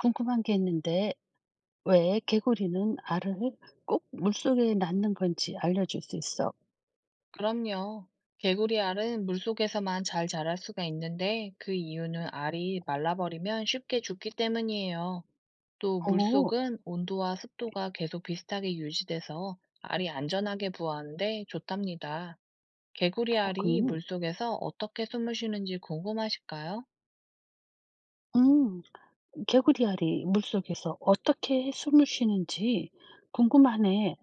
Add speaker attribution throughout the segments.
Speaker 1: 궁금한 게 있는데, 왜 개구리는 알을 꼭 물속에 낳는 건지 알려줄 수 있어?
Speaker 2: 그럼요. 개구리 알은 물속에서만 잘 자랄 수가 있는데 그 이유는 알이 말라버리면 쉽게 죽기 때문이에요. 또
Speaker 1: 오,
Speaker 2: 물속은 온도와 습도가 계속 비슷하게 유지돼서 알이 안전하게 부화하는데 좋답니다. 개구리 알이
Speaker 1: 그렇군.
Speaker 2: 물속에서 어떻게 숨을 쉬는지 궁금하실까요?
Speaker 1: 음, 개구리 알이 물속에서 어떻게 숨을 쉬는지 궁금하네.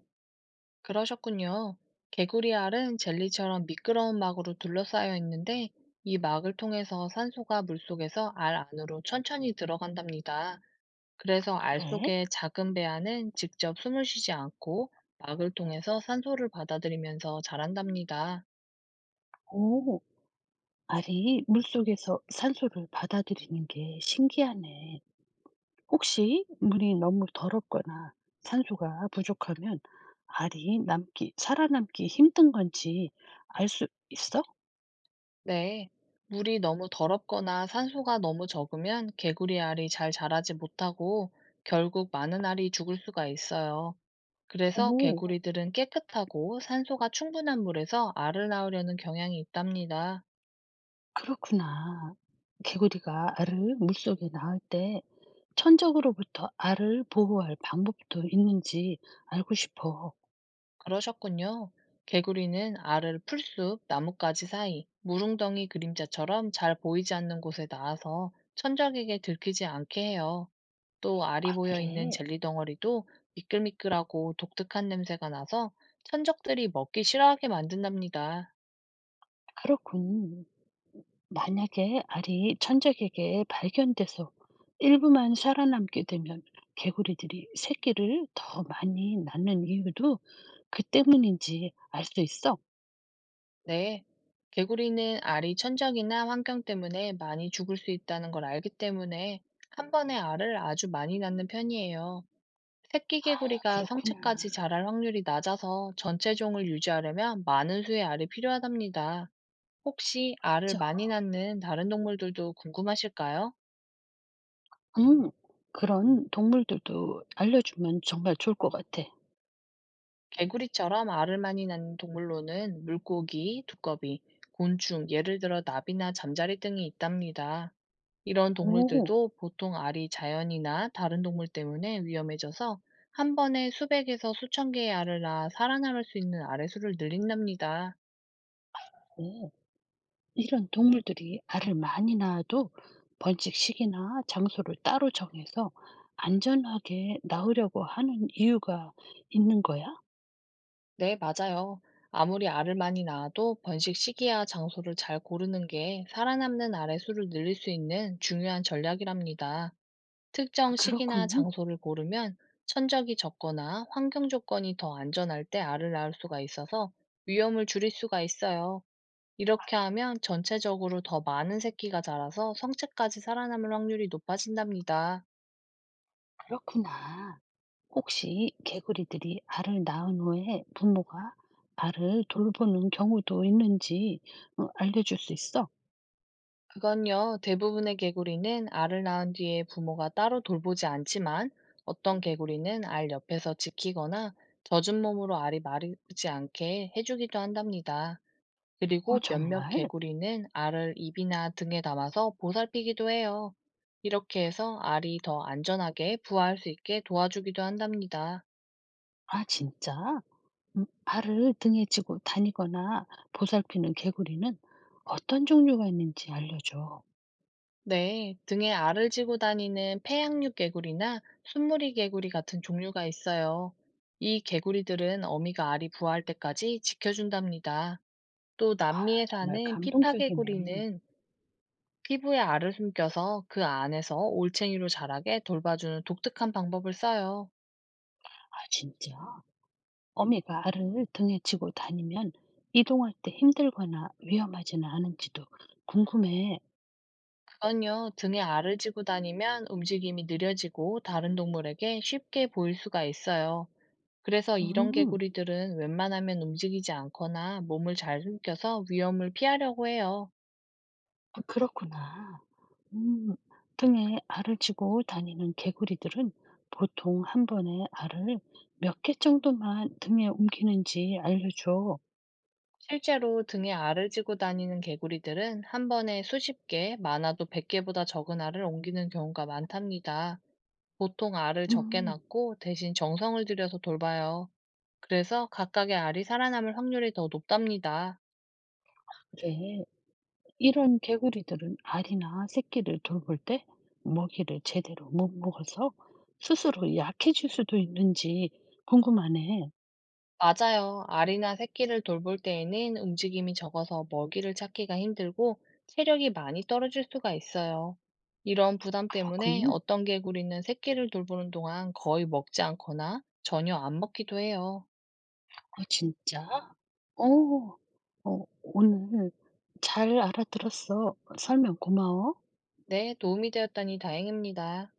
Speaker 2: 그러셨군요. 개구리 알은 젤리처럼 미끄러운 막으로 둘러싸여 있는데 이 막을 통해서 산소가 물속에서 알 안으로 천천히 들어간답니다. 그래서 알
Speaker 1: 그래?
Speaker 2: 속의 작은 배아는 직접 숨을 쉬지 않고 막을 통해서 산소를 받아들이면서 자란답니다.
Speaker 1: 오, 알이 물속에서 산소를 받아들이는 게 신기하네. 혹시 물이 너무 더럽거나 산소가 부족하면 알이 살아남기 힘든 건지 알 수 있어?
Speaker 2: 네. 물이 너무 더럽거나 산소가 너무 적으면 개구리 알이 잘 자라지 못하고 결국 많은 알이 죽을 수가 있어요. 그래서
Speaker 1: 오.
Speaker 2: 개구리들은 깨끗하고 산소가 충분한 물에서 알을 낳으려는 경향이 있답니다.
Speaker 1: 그렇구나. 개구리가 알을 물속에 낳을 때 천적으로부터 알을 보호할 방법도 있는지 알고 싶어.
Speaker 2: 그러셨군요. 개구리는 알을 풀숲, 나뭇가지 사이, 무릉덩이 그림자처럼 잘 보이지 않는 곳에 낳아서 천적에게 들키지 않게 해요. 또 알이
Speaker 1: 아,
Speaker 2: 모여 있는
Speaker 1: 그래?
Speaker 2: 젤리 덩어리도 미끌미끌하고 독특한 냄새가 나서 천적들이 먹기 싫어하게 만든답니다.
Speaker 1: 그렇군. 만약에 알이 천적에게 발견돼서 일부만 살아남게 되면 개구리들이 새끼를 더 많이 낳는 이유도 그 때문인지 알 수 있어? 아,
Speaker 2: 네. 개구리는 알이 천적이나 환경 때문에 많이 죽을 수 있다는 걸 알기 때문에 1번에 알을 아주 많이 낳는 편이에요. 새끼개구리가
Speaker 1: 그렇구나.
Speaker 2: 성체까지 자랄 확률이 낮아서 전체 종을 유지하려면 많은 수의 알이 필요하답니다. 혹시 알을 많이
Speaker 1: 맞아.
Speaker 2: 낳는 다른 동물들도 궁금하실까요?
Speaker 1: 음, 그런 동물들도 알려주면 정말 좋을 것 같아.
Speaker 2: 개구리처럼 알을 많이 낳는 동물로는 물고기, 두꺼비, 곤충, 예를 들어 나비나 잠자리 등이 있답니다. 이런
Speaker 1: 오.
Speaker 2: 동물들도 보통 알이 자연이나 다른 동물 때문에 위험해져서 1번에 수백에서 수천 개의 알을 낳아 살아남을 수 있는 알의 수를 늘린답니다.
Speaker 1: 오, 이런 동물들이 알을 많이 낳아도 번식시기나 장소를 따로 정해서 안전하게 낳으려고 하는 이유가 있는 거야?
Speaker 2: 네, 맞아요. 아무리 알을 많이 낳아도 번식 시기와 장소를 잘 고르는 게 살아남는 알의 수를 늘릴 수 있는 중요한 전략이랍니다.
Speaker 1: 아,
Speaker 2: 특정 시기나
Speaker 1: 그렇군,
Speaker 2: 장소를 고르면 천적이 적거나 환경 조건이 더 안전할 때 알을 낳을 수가 있어서 위험을 줄일 수가 있어요. 이렇게 하면 전체적으로 더 많은 새끼가 자라서 성체까지 살아남을 확률이 높아진답니다.
Speaker 1: 그렇구나. 혹시 개구리들이 알을 낳은 후에 부모가 알을 돌보는 경우도 있는지 알려줄 수 있어?
Speaker 2: 그건요, 대부분의 개구리는 알을 낳은 뒤에 부모가 따로 돌보지 않지만 어떤 개구리는 알 옆에서 지키거나 젖은 몸으로 알이 마르지 않게 해주기도 한답니다.
Speaker 1: 어,
Speaker 2: 그리고 몇몇
Speaker 1: 정말?
Speaker 2: 개구리는 알을 입이나 등에 담아서 보살피기도 해요. 이렇게 해서 알이 더 안전하게 부화할 수 있게 도와주기도 한답니다.
Speaker 1: 아, 진짜? 알을 등에 지고 다니거나 보살피는 개구리는 어떤 종류가 있는지 알려줘.
Speaker 2: 네, 등에 알을 지고 다니는 패양육 개구리나 순무리 개구리 같은 종류가 있어요. 이 개구리들은 어미가 알이 부화할 때까지 지켜준답니다. 또 남미에
Speaker 1: 정말
Speaker 2: 사는 피파
Speaker 1: 감동적이네.
Speaker 2: 개구리는 피부에 알을 숨겨서 그 안에서 올챙이로 자라게 돌봐주는 독특한 방법을 써요.
Speaker 1: 아 진짜? 어미가 알을 등에 지고 다니면 이동할 때 힘들거나 위험하지는 않은지도 궁금해.
Speaker 2: 그건요, 등에 알을 지고 다니면 움직임이 느려지고 다른 동물에게 쉽게 보일 수가 있어요. 그래서 이런
Speaker 1: 음.
Speaker 2: 개구리들은 웬만하면 움직이지 않거나 몸을 잘 숨겨서 위험을 피하려고 해요.
Speaker 1: 아 그렇구나. 음. 등에 알을 지고 다니는 개구리들은 보통 한 번에 알을 몇 개 정도만 등에 옮기는지 알려줘.
Speaker 2: 실제로 등에 알을 지고 다니는 개구리들은 1번에 수십 개, 많아도 백 개보다 적은 알을 옮기는 경우가 많답니다. 보통 알을 적게
Speaker 1: 음.
Speaker 2: 낳고 대신 정성을 들여서 돌봐요. 그래서 각각의 알이 살아남을 확률이 더 높답니다.
Speaker 1: 그래. 이런 개구리들은 알이나 새끼를 돌볼 때 먹이를 제대로 못 먹어서 스스로 약해질 수도 있는지 궁금하네.
Speaker 2: 맞아요. 알이나 새끼를 돌볼 때에는 움직임이 적어서 먹이를 찾기가 힘들고 체력이 많이 떨어질 수가 있어요. 이런 부담 때문에
Speaker 1: 그렇군.
Speaker 2: 어떤 개구리는 새끼를 돌보는 동안 거의 먹지 않거나 전혀 안 먹기도 해요.
Speaker 1: 어, 진짜? 어, 오늘 잘 알아들었어. 설명 고마워.
Speaker 2: 네, 도움이 되었다니 다행입니다.